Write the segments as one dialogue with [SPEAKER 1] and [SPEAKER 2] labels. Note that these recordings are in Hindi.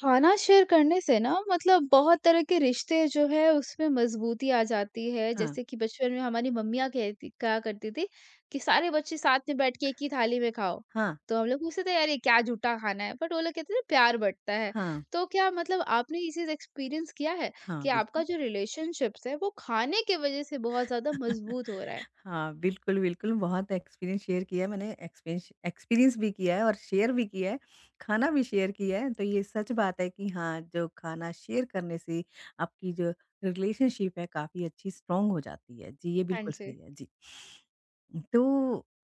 [SPEAKER 1] खाना शेयर करने से ना मतलब बहुत तरह के रिश्ते जो है उसमें मजबूती आ जाती है।
[SPEAKER 2] हाँ,
[SPEAKER 1] जैसे कि बचपन में हमारी मम्मियाँ कहती कहा करती थी कि सारे बच्चे साथ में बैठ के एक ही थाली में खाओ।
[SPEAKER 2] हाँ,
[SPEAKER 1] तो हम लोग पूछते थे, यार ये क्या झूठा खाना है, बट वो लोग कहते थे प्यार बंटता है।
[SPEAKER 2] हाँ,
[SPEAKER 1] तो क्या मतलब आपने ये चीज एक्सपीरियंस किया है
[SPEAKER 2] हाँ,
[SPEAKER 1] कि आपका
[SPEAKER 2] बिल्कुल।
[SPEAKER 1] जो रिलेशनशिप्स है वो खाने की वजह से बहुत ज्यादा मजबूत हो रहा है?
[SPEAKER 2] हाँ, बिल्कुल, बिल्कुल, बहुत एक्सपीरियंस शेयर किया है मैंने, एक्सपीरियंस एक्सपीरियंस भी किया है और शेयर भी किया है, खाना भी शेयर किया है, तो ये सच बात है कि हाँ, जो खाना शेयर करने से आपकी जो रिलेशनशिप है, काफ़ी अच्छी स्ट्रॉन्ग हो जाती है। जी, ये
[SPEAKER 1] हाँ
[SPEAKER 2] बिल्कुल
[SPEAKER 1] जी।
[SPEAKER 2] सही है। जी। तो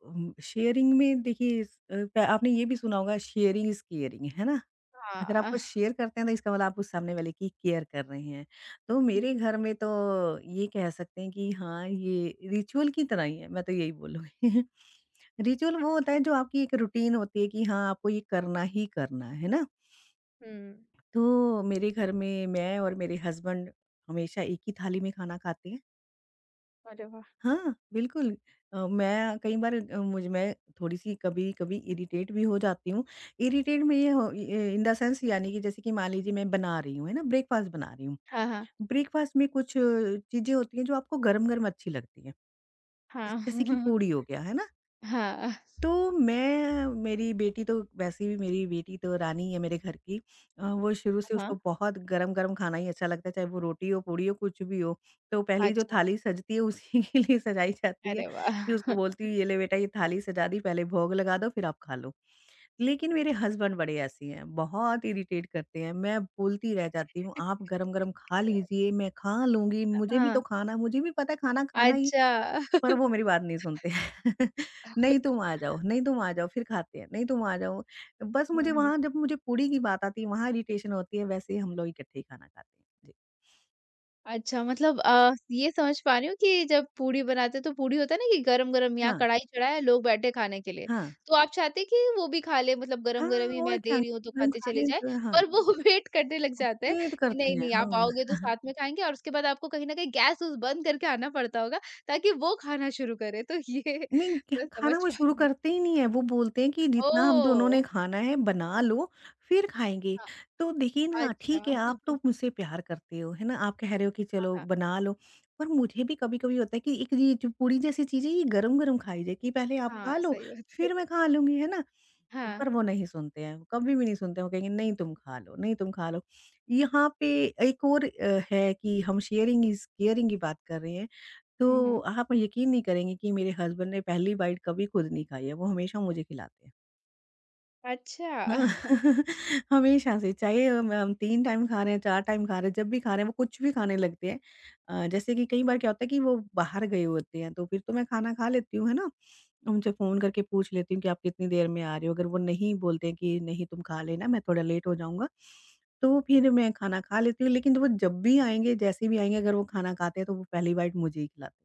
[SPEAKER 2] शेयरिंग में देखिए आपने ये भी सुना होगा शेयरिंग इज़ केयरिंग, है ना? अगर आप
[SPEAKER 1] हाँ।
[SPEAKER 2] कुछ शेयर करते हैं तो इसका मतलब आप उस सामने वाले की केयर कर रहे हैं। तो मेरे घर में तो ये कह सकते हैं कि हाँ, ये रिचुअल की तरह ही है, मैं तो यही बोलूँगी। रिचुअल वो होता है जो आपकी एक रूटीन होती है कि हाँ, आपको ये करना ही करना है ना?
[SPEAKER 1] हम्म।
[SPEAKER 2] तो मेरे घर में मैं और मेरे हस्बैंड हमेशा एक ही थाली में खाना खाते हैं।
[SPEAKER 1] अरे वाह।
[SPEAKER 2] हाँ, बिल्कुल। मैं कई बार अ, मुझ मैं थोड़ी-सी कभी-कभी इरिटेट भी हो जाती हूँ। इरिटेट में इन द सेंस यानी कि जैसे कि मान लीजिए मैं बना रही हूँ, है ना, ब्रेकफ़ास्ट बना रही हूँ।
[SPEAKER 1] हाँ, हाँ।
[SPEAKER 2] ब्रेकफ़ास्ट में कुछ चीज़ें होती हैं जो आपको गरम-गरम अच्छी लगती हैं।
[SPEAKER 1] हाँ।
[SPEAKER 2] जैसे कि पूड़ी हो गया, है ना?
[SPEAKER 1] हाँ,
[SPEAKER 2] तो मैं मेरी बेटी तो वैसे भी मेरी बेटी तो रानी है मेरे घर की। वो शुरू से
[SPEAKER 1] हाँ।
[SPEAKER 2] उसको बहुत गरम-गरम खाना ही अच्छा लगता है, चाहे वो रोटी हो, पूड़ी हो, कुछ भी हो। तो पहली जो
[SPEAKER 1] अच्छा।
[SPEAKER 2] थाली सजती है उसी के लिए सजाई जाती है
[SPEAKER 1] अरे
[SPEAKER 2] कि उसको
[SPEAKER 1] वाह!
[SPEAKER 2] बोलती हूँ, "ये ले बेटा ये थाली सजा दी, पहले भोग लगा दो फिर आप खा लो।" लेकिन मेरे हस्बैंड बड़े ऐसे हैं, बहुत इरिटेट करते हैं। मैं बोलती रह जाती हूँ, "आप गरम-गरम खा लीजिए, मैं खा लूँगी, मुझे भी तो
[SPEAKER 1] हाँ,
[SPEAKER 2] खाना मुझे भी पता है खाना खाना ही
[SPEAKER 1] अच्छा।
[SPEAKER 2] पर वो मेरी बात नहीं सुनते नहीं तुम आ जाओ, नहीं तुम आ जाओ, फिर खाते हैं, नहीं तुम आ जाओ। बस
[SPEAKER 1] हुँ,
[SPEAKER 2] मुझे
[SPEAKER 1] हुँ।
[SPEAKER 2] वहाँ जब मुझे पूड़ी की बात आती है वहाँ इरिटेशन होती है, वैसे ही हम लोग इकट्ठे ही खाना खाते हैं। जी।
[SPEAKER 1] अच्छा, मतलब ये समझ पा रही हूँ कि जब पूड़ी बनाते हैं तो पूड़ी होता है ना, कि गरम-गरम यहाँ
[SPEAKER 2] हाँ,
[SPEAKER 1] कढ़ाई चढ़ा है, लोग बैठे हैं खाने के लिए।
[SPEAKER 2] हाँ,
[SPEAKER 1] तो आप चाहते हैं कि वो भी खा ले, मतलब
[SPEAKER 2] हाँ
[SPEAKER 1] गरम-गरम ही
[SPEAKER 2] और
[SPEAKER 1] मैं
[SPEAKER 2] क्या
[SPEAKER 1] दे रही हूँ तो
[SPEAKER 2] हम
[SPEAKER 1] खाते
[SPEAKER 2] खा
[SPEAKER 1] चले
[SPEAKER 2] लें
[SPEAKER 1] जाएँ,
[SPEAKER 2] तो हाँ,
[SPEAKER 1] पर वो वेट करने लग जाते हैं
[SPEAKER 2] वेट
[SPEAKER 1] कि
[SPEAKER 2] करते हैं,
[SPEAKER 1] नहीं-नहीं आप आओगे तो
[SPEAKER 2] हाँ।
[SPEAKER 1] साथ में खाएँगे। और उसके बाद आपको कहीं न कहीं गैस वूस बंद करके आना पड़ता होगा ताकि वो खाना शुरू करें। तो ये
[SPEAKER 2] नहीं, क्या
[SPEAKER 1] मैं समझ
[SPEAKER 2] खाना वो
[SPEAKER 1] पा
[SPEAKER 2] शुरू
[SPEAKER 1] रही हूँ।
[SPEAKER 2] करते ही नहीं है, वो बोलते हैं कि जितना हम दोनों ने
[SPEAKER 1] ओह!
[SPEAKER 2] खाना है बना लो, फिर खाएँगे।
[SPEAKER 1] हाँ,
[SPEAKER 2] तो देखिए ना,
[SPEAKER 1] अच्छा।
[SPEAKER 2] ठीक है आप तो मुझसे प्यार करते हो, है ना? आप कह रहे हो कि
[SPEAKER 1] हाँ,
[SPEAKER 2] चलो
[SPEAKER 1] हाँ।
[SPEAKER 2] बना लो, पर मुझे भी कभी-कभी होता है कि एक ये जो पूड़ी जैसी चीज़ है ये गरम-गरम खाई जाए कि पहले आप खा
[SPEAKER 1] हाँ,
[SPEAKER 2] लो,
[SPEAKER 1] सही बात है।
[SPEAKER 2] फिर मैं खा लूँगी, है ना?
[SPEAKER 1] हाँ।
[SPEAKER 2] पर वो नहीं सुनते हैं, वो कभी भी नहीं सुनते हैं, वो कहेंगे नहीं तुम खा लो, नहीं तुम खा लो। यहाँ पे एक और है कि हम शेयरिंग इज़ केयरिंग की बात कर रहे हैं।
[SPEAKER 1] हुँ,
[SPEAKER 2] तो
[SPEAKER 1] हुँ।
[SPEAKER 2] आप यकीन नहीं करेंगे कि मेरे हस्बैंड ने पहली बाइट कभी खुद नहीं खाई है, वो हमेशा मुझे खिलाते हैं। हाँ,
[SPEAKER 1] अच्छा।
[SPEAKER 2] हमेशा से चाहे हम 3 टाइम खा रहे हैं, 4 टाइम खा रहे हैं, जब भी खा रहे हैं, वो कुछ भी खाने लगते हैं। जैसे कि कई बार क्या होता है कि वो बाहर गए होते हैं, तो फिर तो मैं खाना खा लेती हूँ, है ना? उनसे फ़ोन करके पूछ लेती हूँ कि आप कितनी देर में आ रहे हो? अगर वो नहीं बोलते हैं कि नहीं तुम खा लेना, मैं थोड़ा लेट हो जाऊँगा, तो फिर मैं खाना खा लेती हूँ। लेकिन वो जब भी आएँगे, जैसे भी आएँगे, अगर वो खाना खाते हैं, तो वो पहली बाइट मुझे ही खिलाते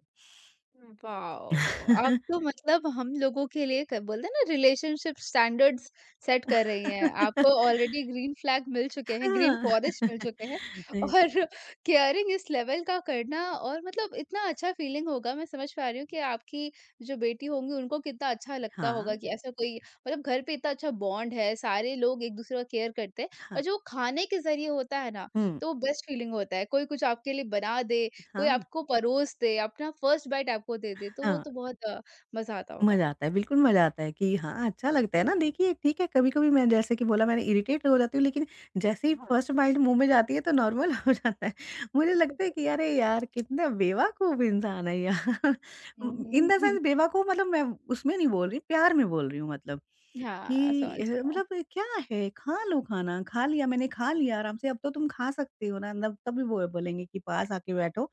[SPEAKER 1] वाओ! आप
[SPEAKER 2] हैं।
[SPEAKER 1] तो मतलब हम लोगों के लिए क बोलते हैं ना, रिलेशनशिप स्टैंडर्ड्स सेट कर रही हैं।
[SPEAKER 2] हां।
[SPEAKER 1] आपको ऑलरेडी ग्रीन फ्लैग मिल चुके हैं, ग्रीन फॉरेस्ट मिल चुके हैं और केयरिंग इस लेवल का करना, और मतलब इतना अच्छा फीलिंग होगा। मैं समझ पा रही हूँ कि आपकी जो बेटी होंगी उनको कितना अच्छा लगता
[SPEAKER 2] हां,
[SPEAKER 1] होगा कि ऐसा कोई मतलब घर पे इतना अच्छा बॉन्ड है, सारे लोग एक-दूसरे का केयर करते हैं
[SPEAKER 2] हां।
[SPEAKER 1] और जो खाने के ज़रिए होता है ना,
[SPEAKER 2] हं।
[SPEAKER 1] तो बेस्ट फीलिंग होता है। कोई कुछ आपके लिए बना दे, कोई
[SPEAKER 2] हां,
[SPEAKER 1] आपको परोस दे, अपना फर्स्ट बाइट आपको दे दे, तो वो
[SPEAKER 2] हां।
[SPEAKER 1] तो बहुत मज़ा आता होगा।
[SPEAKER 2] मज़ा आता है, बिल्कुल मज़ा आता है कि हाँ, अच्छा लगता है ना देखिए ठीक है कभी-कभी मैं जैसे कि बोला मैंने इरिटेट हो जाती हूँ लेकिन जैसे ही
[SPEAKER 1] हाँ।
[SPEAKER 2] फर्स्ट बाइट मुँह में जाती है तो नॉर्मल हो जाता है। मुझे लगता है कि अरे यार कितना बेवकूफ़ इंसान है यार।
[SPEAKER 1] हुँ,
[SPEAKER 2] इन द
[SPEAKER 1] हुँ।
[SPEAKER 2] सेंस बेवकूफ़ मतलब मैं उसमें नहीं बोल रही प्यार में बोल रही हूँ मतलब
[SPEAKER 1] हाँ,
[SPEAKER 2] कि
[SPEAKER 1] समझ रही हूँ।
[SPEAKER 2] मतलब ये क्या है खा लो खाना, खा लिया मैंने खा लिया आराम से अब तो तुम खा सकते हो ना तब तभी वो बोलेंगे कि पास आके बैठो।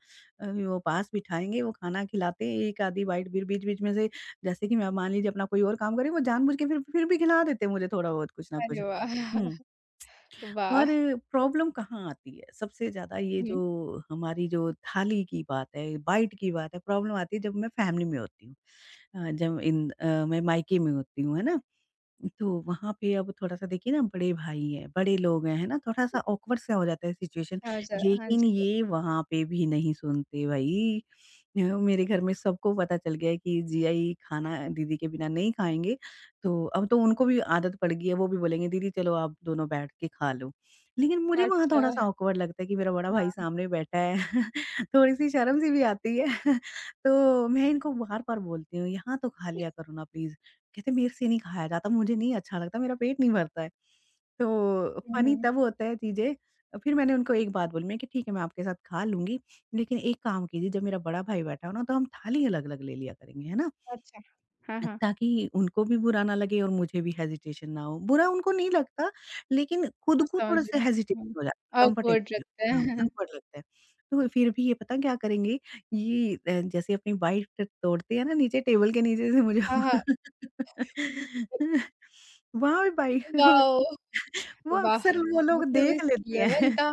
[SPEAKER 2] वो पास बिठाएँगे वो खाना खिलाते हैं 1 आधी बाइट बीच-बीच में से जैसे कि मैं मान लीजिए अपना कोई और काम कर रही हूँ, वो जानबूझ के फिर भी खिला देते हैं मुझे थोड़ा बहुत कुछ ना कुछ।
[SPEAKER 1] अरे वाह!
[SPEAKER 2] हुँ। और
[SPEAKER 1] वाह!
[SPEAKER 2] प्रॉब्लम कहाँ आती है? सबसे ज़्यादा ये जो
[SPEAKER 1] हुँ,
[SPEAKER 2] हमारी जो थाली की बात है, बाइट की बात है, प्रॉब्लम आती है जब मैं फैमिली में होती हूँ। मैं मायके में होती हूँ, है ना? तो वहाँ पे अब थोड़ा-सा देखिए ना बड़े भाई हैं, बड़े लोग हैं, है ना? थोड़ा-सा ऑकवर्ड सा हो जाता है सिचुएशन,
[SPEAKER 1] हाँ जा हाँ
[SPEAKER 2] लेकिन
[SPEAKER 1] जी।
[SPEAKER 2] ये वहाँ पे भी नहीं सुनते भई। मेरे घर में सबको पता चल गया है कि जीजा ये खाना दीदी के बिना नहीं खाएँगे, तो अब तो उनको भी आदत पड़ गई है, वो भी बोलेंगे दीदी चलो आप दोनों बैठ के खा लो। लेकिन मुझे वहाँ
[SPEAKER 1] अच्छा,
[SPEAKER 2] थोड़ा-सा ऑकवर्ड लगता है कि मेरा बड़ा भाई
[SPEAKER 1] हाँ।
[SPEAKER 2] सामने बैठा है, थोड़ी-सी शर्म सी भी आती है। तो मैं इनको बार-बार बोलती हूँ, यहाँ तो खा लिया करो ना प्लीज़। कहते मेरे से नहीं खाया जाता, मुझे नहीं अच्छा लगता, मेरा पेट नहीं भरता है। तो
[SPEAKER 1] हुँ,
[SPEAKER 2] फ़नी
[SPEAKER 1] हुँ।
[SPEAKER 2] तब होता है चीज़ें फिर मैंने उनको एक बात बोली मैं कि ठीक है मैं आपके साथ खा लूँगी, लेकिन एक काम कीजिए जब मेरा बड़ा भाई बैठा हो ना तो हम थाली अलग-अलग ले लिया करेंगे, है ना?
[SPEAKER 1] अच्छा। हाँ, हाँ।
[SPEAKER 2] ताकि उनको भी बुरा ना लगे और मुझे भी हेजिटेशन ना हो। बुरा उनको नहीं लगता, लेकिन खुद
[SPEAKER 1] हाँ,
[SPEAKER 2] को
[SPEAKER 1] समझ
[SPEAKER 2] थोड़ा-सा
[SPEAKER 1] रही हूँ। हुँ,
[SPEAKER 2] हेजिटेशन हो जाती है, कम्फर्टेबल
[SPEAKER 1] ऑकवर्ड
[SPEAKER 2] नहीं
[SPEAKER 1] लगता
[SPEAKER 2] होते। हाँ,
[SPEAKER 1] है।
[SPEAKER 2] awkward लगता है। तो फिर भी ये पता क्या करेंगे, ये जैसे अपनी वाइट तोड़ते हैं ना नीचे टेबल के नीचे से मुझे
[SPEAKER 1] हाँ, हाँ।
[SPEAKER 2] वहाँ भी बाइक
[SPEAKER 1] वाओ!
[SPEAKER 2] वो
[SPEAKER 1] वाह!
[SPEAKER 2] अक्सर वो लोग
[SPEAKER 1] मतलब
[SPEAKER 2] देख
[SPEAKER 1] इस
[SPEAKER 2] लेते
[SPEAKER 1] लेवल
[SPEAKER 2] हैं।
[SPEAKER 1] का,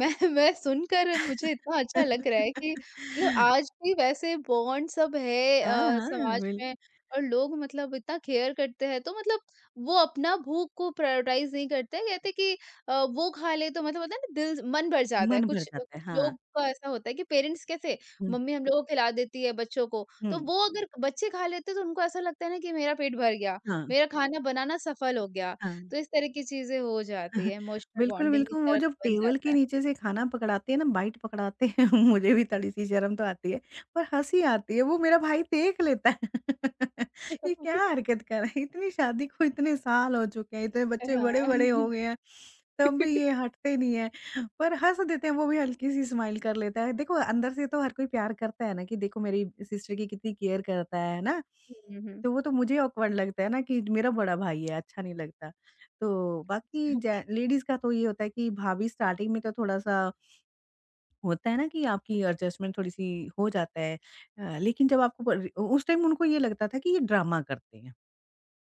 [SPEAKER 1] मैं मैं सुनकर मुझे इतना अच्छा लग रहा है कि मतलब आज भी वैसे बॉन्ड सब है
[SPEAKER 2] हाँ, हाँ,
[SPEAKER 1] समाज
[SPEAKER 2] बिल
[SPEAKER 1] में और लोग मतलब इतना केयर करते हैं, तो मतलब वो अपना भूख को प्रायोरिटाइज नहीं करते हैं। कहते हैं कि वो खा ले तो मतलब होता है ना, दिल मन भर जाता है।
[SPEAKER 2] मन भर
[SPEAKER 1] कुछ
[SPEAKER 2] जाता
[SPEAKER 1] कुछ
[SPEAKER 2] है। हाँ।
[SPEAKER 1] लोग का ऐसा होता है कि पेरेंट्स कैसे
[SPEAKER 2] हुँ,
[SPEAKER 1] मम्मी हम लोग को खिला देती है बच्चों को, तो
[SPEAKER 2] हुँ।
[SPEAKER 1] वो अगर बच्चे खा लेते हैं तो उनको ऐसा लगता है ना कि मेरा पेट भर गया,
[SPEAKER 2] हाँ,
[SPEAKER 1] मेरा खाना बनाना सफल हो गया।
[SPEAKER 2] हाँ।
[SPEAKER 1] तो इस तरह की चीजें हो जाती है, इमोशनल
[SPEAKER 2] बिल्कुल,
[SPEAKER 1] बॉन्डिंग इस
[SPEAKER 2] बिल्कुल, वो
[SPEAKER 1] तरह
[SPEAKER 2] जब
[SPEAKER 1] का बन
[SPEAKER 2] टेबल
[SPEAKER 1] जाता
[SPEAKER 2] के
[SPEAKER 1] है।
[SPEAKER 2] नीचे से खाना पकड़ाते हैं ना, बाइट पकड़ाते हैं, मुझे भी थोड़ी-सी शर्म तो आती है, पर हँसी आती है, वो मेरा भाई देख लेता है। ये क्या हरकत कर रहा है, इतनी शादी को इतने साल हो चुके हैं, इतने बच्चे बड़े-बड़े हो
[SPEAKER 1] हाँ।
[SPEAKER 2] गए हैं, तब भी ये हटते नहीं हैं, पर हँस देते हैं, वो भी हल्की-सी स्माइल कर लेता है। देखो, अंदर से तो हर कोई प्यार करता है ना कि देखो मेरी सिस्टर की कितनी केयर करता है ना?
[SPEAKER 1] हुँ, हुँ।
[SPEAKER 2] तो वो तो मुझे ऑकवर्ड लगता है ना कि मेरा बड़ा भाई है, अच्छा नहीं लगता। तो बाकी जे लेडीज़ का तो ये होता है कि भाभी स्टार्टिंग में तो थोड़ा-सा होता है ना कि आपकी एडजस्टमेंट थोड़ी-सी हो जाता है। लेकिन जब आपको पर उस टाइम उनको ये लगता था कि ये ड्रामा करते हैं।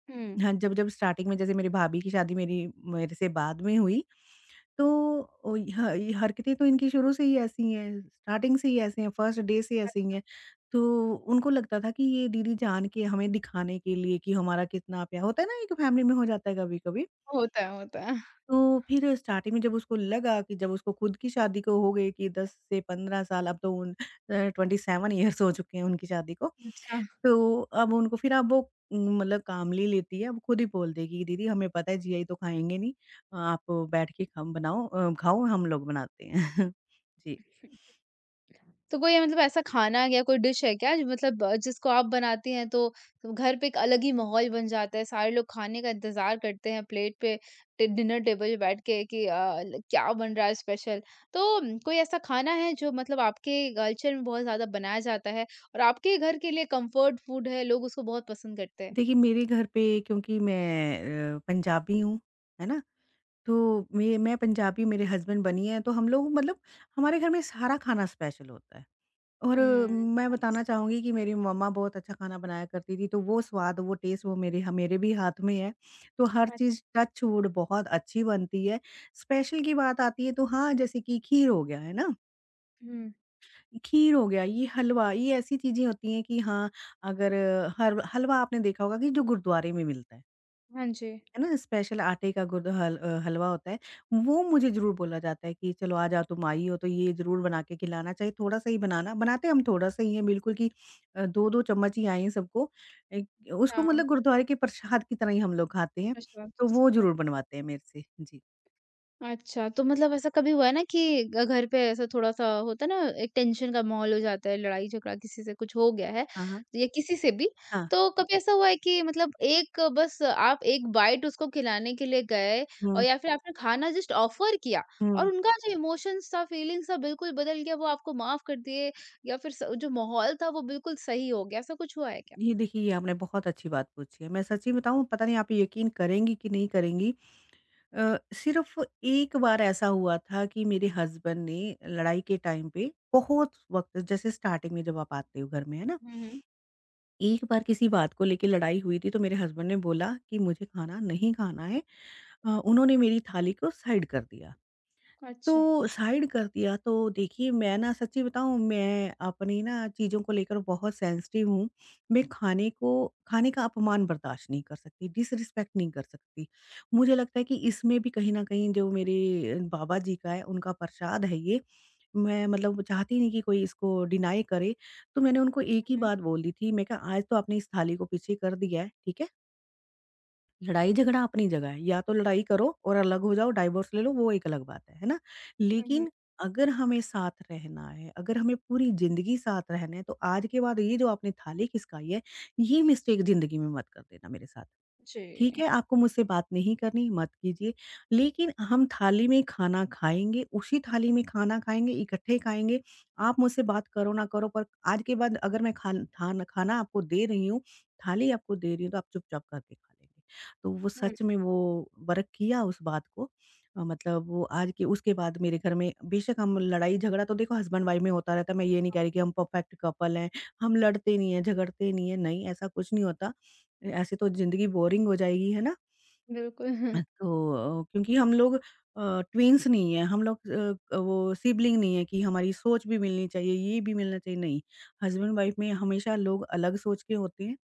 [SPEAKER 1] हुँ।
[SPEAKER 2] हाँ, जब-जब स्टार्टिंग में जैसे मेरी भाभी की शादी मेरी मेरे से बाद में हुई, तो ओ ह ये हरकतें तो इनकी शुरू से ही ऐसी हैं, स्टार्टिंग से ही ऐसे हैं, फर्स्ट डे से ऐसी ही हैं। तो उनको लगता था कि ये दीदी जान के हमें दिखाने के लिए कि हमारा कितना प्यार होता है ना, एक फैमिली में हो जाता है कभी-कभी।
[SPEAKER 1] होता है, होता है।
[SPEAKER 2] तो फिर स्टार्टिंग में जब उसको लगा कि जब उसको खुद की शादी को हो गई कि 10 से 15 साल अब तो अ, 27 इयर्स हो चुके हैं उनकी शादी को।
[SPEAKER 1] अच्छा,
[SPEAKER 2] तो अब उनको फिर अब वो न, मतलब कामली लेती है, अब खुद ही बोल देगी कि दीदी हमें पता है जीआई तो खाएँगे नहीं, आप बैठ के खाओ हम लोग बनाते हैं। जी।
[SPEAKER 1] तो कोई मतलब ऐसा खाना या कोई डिश है क्या जो मतलब जिसको आप बनाती हैं तो घर पे एक अलग ही माहौल बन जाता है, सारे लोग खाने का इंतज़ार करते हैं, प्लेट पे टे डिनर टेबल पे बैठ के कि ल क्या बन रहा है स्पेशल? तो म, कोई ऐसा खाना है जो मतलब आपके कल्चर में बहुत ज़्यादा बनाया जाता है और आपके घर के लिए कम्फर्ट फूड है, लोग उसको बहुत पसंद करते हैं?
[SPEAKER 2] देखिए मेरे घर पे क्योंकि मैं पंजाबी हूँ, है ना? तो मैं पंजाबी मेरे हस्बैंड बनी है तो हम लोग मतलब हमारे घर में सारा खाना स्पेशल होता है। और
[SPEAKER 1] हुँ।
[SPEAKER 2] मैं
[SPEAKER 1] नाइस।
[SPEAKER 2] बताना चाहूँगी कि मेरी मम्मा बहुत अच्छा खाना बनाया करती थी, तो वो स्वाद, वो टेस्ट वो मेरे भी हाथ में है। तो हर
[SPEAKER 1] अच्छा।
[SPEAKER 2] चीज़ टच वुड बहुत अच्छी बनती है। स्पेशल की बात आती है तो हाँ, जैसे कि खीर हो गया, है ना?
[SPEAKER 1] हुँ।
[SPEAKER 2] खीर हो गया, ये हलवा, ये ऐसी चीज़ें होती हैं कि हाँ, अगर हर हलवा आपने देखा होगा कि जो गुरुद्वारे में मिलता है।
[SPEAKER 1] हाँ जी।
[SPEAKER 2] है ना, स्पेशल आटे का हलवा होता है, वो मुझे ज़रूर बोला जाता है कि चलो आज आ जाओ, तुम आई हो तो ये ज़रूर बना के खिलाना, चाहे थोड़ा-सा ही बनाना, बनाते हम थोड़ा-सा ही है बिल्कुल कि 2-2 चम्मच ही आए हैं सबको। एक उसको
[SPEAKER 1] हाँ।
[SPEAKER 2] मतलब गुरुद्वारे के प्रसाद की तरह ही हम लोग खाते हैं,
[SPEAKER 1] प्रशांत।
[SPEAKER 2] तो वो
[SPEAKER 1] सुखद।
[SPEAKER 2] ज़रूर बनवाते हैं मेरे से। जी।
[SPEAKER 1] अच्छा, तो मतलब ऐसा कभी हुआ है ना कि घ घर पे ऐसा थोड़ा-सा होता है ना, एक टेंशन का माहौल हो जाता है, लड़ाई-झगड़ा किसी से कुछ हो गया है
[SPEAKER 2] हाँ, हाँ।
[SPEAKER 1] या किसी से भी,
[SPEAKER 2] हाँ।
[SPEAKER 1] तो कभी ऐसा हुआ है कि मतलब एक बस आप एक बाइट उसको खिलाने के लिए गए और
[SPEAKER 2] हुँ,
[SPEAKER 1] या फिर आपने खाना जस्ट ऑफ़र किया और
[SPEAKER 2] हुँ।
[SPEAKER 1] उनका जो इमोशंस था, फीलिंग्स था बिल्कुल बदल गया, वो आपको माफ़ कर दिए या फिर स जो माहौल था वो बिल्कुल सही हो गया, ऐसा कुछ हुआ है क्या?
[SPEAKER 2] ये देखिए ये आपने बहुत अच्छी बात पूछी है। मैं सच्ची बताऊँ पता नहीं आप यकीन करेंगी कि नहीं करेंगी। सिर्फ एक बार ऐसा हुआ था कि मेरे हस्बैंड ने लड़ाई के टाइम पे बहुत वक्त जैसे स्टार्टिंग में जब आप आते हो घर में है ना,
[SPEAKER 1] हुँ, हुँ।
[SPEAKER 2] एक बार किसी बात को लेके लड़ाई हुई थी तो मेरे हस्बैंड ने बोला कि मुझे खाना नहीं खाना है। उन्होंने मेरी थाली को साइड कर दिया,
[SPEAKER 1] अच्छा।
[SPEAKER 2] तो साइड कर दिया, तो देखिए मैं ना सच्ची बताऊँ, मैं अपनी ना चीज़ों को लेकर बहुत सेंसिटिव हूँ। मैं खाने को खाने का अपमान बर्दाश्त नहीं कर सकती, डिसरिस्पेक्ट नहीं कर सकती। मुझे लगता है कि इसमें भी कहीं न कहीं जो मेरे बाबा जी का है, उनका प्रसाद है ये। मैं मतलब चाहती नहीं कि कोई इसको डिनाई करे। तो मैंने उनको एक ही
[SPEAKER 1] हुँ,
[SPEAKER 2] बात बोल दी थी, मैं कहा आज तो आपने इस थाली को पीछे कर दिया है, ठीक है? लड़ाई-झगड़ा अपनी जगह है, या तो लड़ाई करो और अलग हो जाओ, डाइवोर्स ले लो, वो एक अलग बात है ना?
[SPEAKER 1] हुँ, हुँ, हुँ।
[SPEAKER 2] लेकिन अगर हमें साथ रहना है, अगर हमें पूरी ज़िंदगी साथ रहना है, तो आज के बाद ये जो आपने थाली खिसकाई है, ये मिस्टेक ज़िंदगी में मत कर देना मेरे साथ। ठीक
[SPEAKER 1] जी।
[SPEAKER 2] है, आपको मुझसे बात नहीं करनी, मत कीजिए। लेकिन हम थाली में खाना खाएँगे, उसी थाली में खाना खाएँगे, इकट्ठे खाएँगे। आप मुझसे बात करो ना करो, पर आज के बाद अगर मैं खाना आपको दे रही हूँ, थाली आपको दे रही हूँ, तो आप चुपचाप करके खा लेंगे। तो वो
[SPEAKER 1] हुँ।
[SPEAKER 2] सच में वो वर्क किया उस बात को। मतलब वो आज के उसके बाद मेरे घर में बेशक हम लड़ाई-झगड़ा तो देखो हस्बैंड-वाइफ में होता रहता है। मैं ये नहीं कह रही कि हम परफेक्ट कपल हैं, हम लड़ते नहीं हैं, झगड़ते नहीं हैं, नहीं, ऐसा कुछ नहीं होता। ऐसे तो ज़िंदगी बोरिंग हो जाएगी, है ना?
[SPEAKER 1] बिल्कुल।
[SPEAKER 2] तो क्योंकि हम लोग ट्विन्स नहीं हैं, हम लोग वो सिबलिंग नहीं है कि हमारी सोच भी मिलनी चाहिए, ये भी मिलना चाहिए, नहीं। हस्बैंड-वाइफ में हमेशा लोग अलग सोच के होते हैं,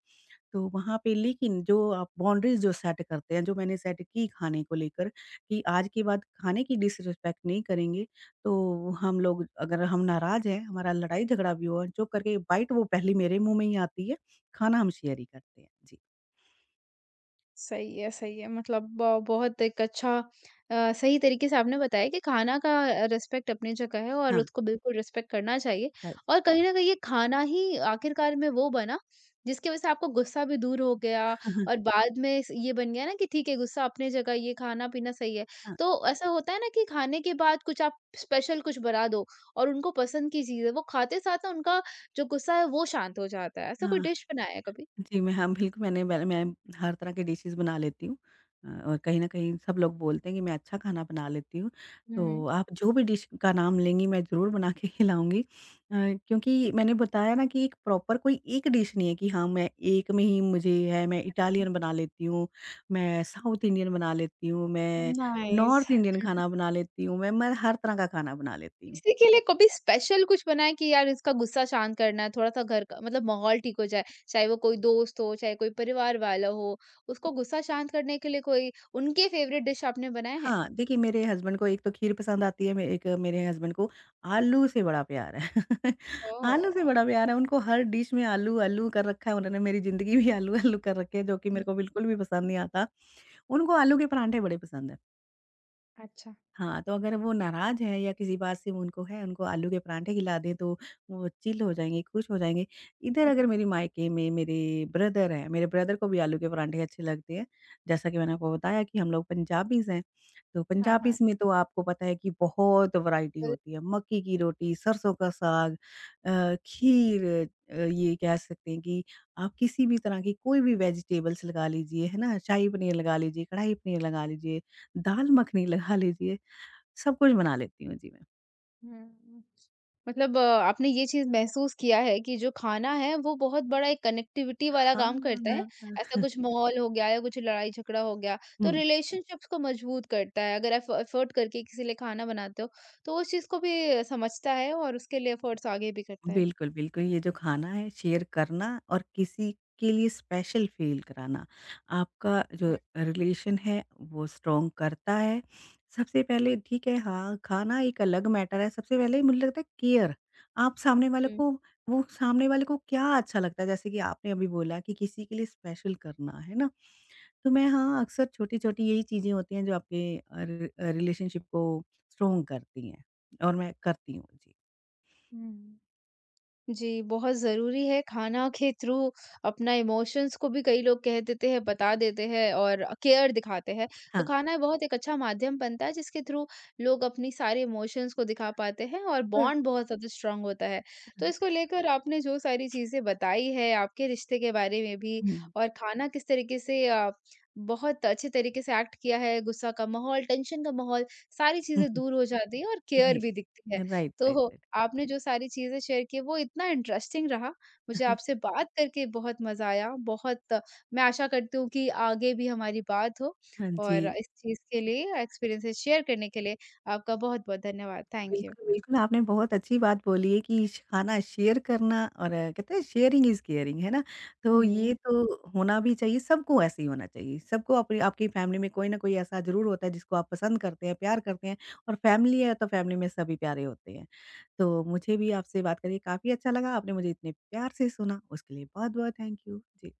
[SPEAKER 2] तो वहाँ पे लेकिन जो आप बाउंड्रीज़ जो सेट करते हैं, जो मैंने सेट की खाने को लेकर कि आज के बाद खाने की डिसरिस्पेक्ट नहीं करेंगे, तो हम लोग अगर हम नाराज़ हैं, हमारा लड़ाई-झगड़ा भी हुआ, चुप करके बाइट वो पहली मेरे मुँह में ही आती है, खाना हम शेयर ही करते हैं। जी,
[SPEAKER 1] सही है, सही है। मतलब ब बहुत एक अच्छा सही तरीके से आपने बताया कि खाना का रिस्पेक्ट अपनी जगह है और
[SPEAKER 2] हाँ,
[SPEAKER 1] उसको बिल्कुल रिस्पेक्ट करना चाहिए।
[SPEAKER 2] राइट।
[SPEAKER 1] और कहीं न कहीं ये खाना ही आखिरकार में वो बना जिसकी वज़ह से आपको गुस्सा भी दूर हो गया, और बाद में स ये बन गया ना कि ठीक है, गुस्सा अपनी जगह, ये खाना-पीना सही है।
[SPEAKER 2] हाँ,
[SPEAKER 1] तो ऐसा होता है ना कि खाने के बाद कुछ आप स्पेशल कुछ बना दो और उनको पसंद की चीज़ है, वो खाते साथ ना उनका जो गुस्सा है वो शांत हो जाता है। ऐसा कोई
[SPEAKER 2] हाँ।
[SPEAKER 1] डिश बनाया है कभी?
[SPEAKER 2] जी, मैं हाँ, बिल्कुल मैंने मैंने मैं हर तरह की डिशेज़ बना लेती हूँ। और कहीं न कहीं सब लोग बोलते हैं कि मैं अच्छा खाना बना लेती हूँ।
[SPEAKER 1] हुँ, हुँ।
[SPEAKER 2] तो आप जो भी डिश का नाम लेंगी मैं ज़रूर बना के खिलाऊँगी। क्योंकि मैंने बताया ना कि एक प्रॉपर कोई एक डिश नहीं है कि हाँ, मैं एक में ही मुझे है, मैं
[SPEAKER 1] हुँ।
[SPEAKER 2] इटालियन बना लेती हूँ, मैं साउथ इंडियन बना लेती हूँ, मैं
[SPEAKER 1] नहीं,
[SPEAKER 2] नॉर्थ इंडियन खाना बना लेती हूँ, मैं हर तरह का खाना बना लेती हूँ।
[SPEAKER 1] किसी के लिए कभी स्पेशल कुछ बनाएँ कि यार इसका गुस्सा शांत करना है, थोड़ा-सा घर का मतलब माहौल ठीक हो जाए, चाहे वो कोई दोस्त हो, चाहे कोई परिवार वाला हो, उसको गुस्सा शांत करने के लिए कोई उनके फ़ेवरेट डिश आपने बनाए हैं?
[SPEAKER 2] हाँ, देखिए मेरे हस्बैंड को एक तो खीर पसंद आती है, मे एक मेरे हस्बैंड को आलू से बड़ा प्यार है। आलू से
[SPEAKER 1] ओह!
[SPEAKER 2] बड़ा प्यार है, उनको हर डिश में आलू, आलू कर रखा है उन्होंने, मेरी ज़िंदगी भी आलू, आलू कर रखी है, जो कि मेरे
[SPEAKER 1] हुँ।
[SPEAKER 2] को बिल्कुल भी पसंद नहीं आता। उनको आलू के परांठे बड़े पसंद हैं।
[SPEAKER 1] अच्छा।
[SPEAKER 2] हाँ, तो अगर वो नाराज़ हैं या किसी बात से वो उनको है, उनको आलू के पराठे खिला दें तो वो चिल हो जाएँगे, खुश हो जाएँगे। इधर अगर मेरे मायके में मेरे ब्रदर हैं, मेरे ब्रदर को भी आलू के पराठे अच्छे लगते हैं। जैसा कि मैंने आपको बताया कि हम लोग पंजाबीज़ हैं, तो
[SPEAKER 1] हाँ, हाँ।
[SPEAKER 2] पंजाबीज़ में तो आपको पता है कि बहुत वैरायटी होती है। मक्की की रोटी, सरसों का साग, खीर, ये कह सकते हैं कि आप किसी भी तरह की कोई भी वेजिटेबल्स लगा लीजिए, है ना? शाही पनीर लगा लीजिए, कढ़ाई पनीर लगा लीजिए, दाल मखनी लगा लीजिए। सब कुछ बना लेती हूँ जी मैं।
[SPEAKER 1] हुँ। मतलब आपने ये चीज़ महसूस किया है कि जो खाना है वो बहुत बड़ा एक कनेक्टिविटी वाला
[SPEAKER 2] हाँ,
[SPEAKER 1] काम करता है।
[SPEAKER 2] हाँ,
[SPEAKER 1] ऐसा
[SPEAKER 2] हाँ।
[SPEAKER 1] कुछ माहौल हो गया या कुछ लड़ाई झगड़ा हो गया तो
[SPEAKER 2] हुँ,
[SPEAKER 1] रिलेशनशिप्स को मजबूत करता है। अगर एफ एफर्ट करके किसी लिए खाना बनाते हो तो उस चीज़ को भी समझता है और उसके लिए एफर्ट्स आगे भी करता है।
[SPEAKER 2] बिल्कुल, बिल्कुल, ये जो खाना है शेयर करना और किसी के लिए स्पेशल फ़ील कराना, आपका जो
[SPEAKER 1] हुँ,
[SPEAKER 2] रिलेशन है वो स्ट्रॉन्ग करता है। सबसे पहले ठीक है हाँ, खाना एक अलग मैटर है, सबसे पहले मुझे लगता है केयर, आप सामने वाले
[SPEAKER 1] हुँ।
[SPEAKER 2] को वो सामने वाले को क्या अच्छा लगता है, जैसे कि आपने अभी बोला कि किसी के लिए स्पेशल करना, है ना? तो मैं हाँ, अक्सर छोटी-छोटी यही चीज़ें होती हैं जो आपके रिलेशनशिप को स्ट्रॉन्ग करती हैं और मैं करती हूँ। जी।
[SPEAKER 1] हुँ। जी, बहुत ज़रूरी है। खाना के थ्रू अपना इमोशंस को भी कई लोग कह देते हैं, बता देते हैं और केयर दिखाते हैं। तो
[SPEAKER 2] हाँ।
[SPEAKER 1] खाना बहुत एक अच्छा माध्यम बनता है जिसके थ्रू लोग अपनी सारे इमोशंस को दिखा पाते हैं और
[SPEAKER 2] हुँ।
[SPEAKER 1] बॉन्ड बहुत ज़्यादा स्ट्रॉन्ग होता है। तो इसको लेकर आपने जो सारी चीज़ें बताई है, आपके रिश्ते के बारे में भी,
[SPEAKER 2] हुँ,
[SPEAKER 1] और खाना किस तरीके से बहुत अच्छे तरीके से एक्ट किया है, गुस्सा का माहौल, टेंशन का माहौल, सारी
[SPEAKER 2] हुँ।
[SPEAKER 1] चीज़ें दूर हो जाती हैं और केयर
[SPEAKER 2] राइट,
[SPEAKER 1] भी दिखती है।
[SPEAKER 2] राइट, राइट,
[SPEAKER 1] तो
[SPEAKER 2] राइट।
[SPEAKER 1] आपने जो सारी चीज़ें शेयर की वो इतना इंटरेस्टिंग रहा, मुझे आपसे बात करके बहुत मज़ा आया, बहुत। मैं आशा करती हूँ कि आगे भी हमारी बात हो
[SPEAKER 2] हाँ जी।
[SPEAKER 1] और इस चीज़ के लिए एक्सपीरियंसेस शेयर करने के लिए आपका बहुत-बहुत धन्यवाद। Thank you.
[SPEAKER 2] बिल्कुल, बिल्कुल, आपने बहुत अच्छी बात बोली है कि श खाना शेयर करना और कहते हैं शेयरिंग इज़ केयरिंग, है ना? तो ये
[SPEAKER 1] हुँ।
[SPEAKER 2] तो होना भी चाहिए, सबको ऐसे ही होना चाहिए। सबको अपनी आपकी फैमिली में कोई ना कोई ऐसा ज़रूर होता है जिसको आप पसंद करते हैं, प्यार करते हैं, और फैमिली है तो फैमिली में सभी प्यारे होते हैं। तो मुझे भी आपसे बात करके काफ़ी अच्छा लगा, आपने मुझे इतने प्यार से सुना, उसके लिए बहुत-बहुत थैंक यू। जी।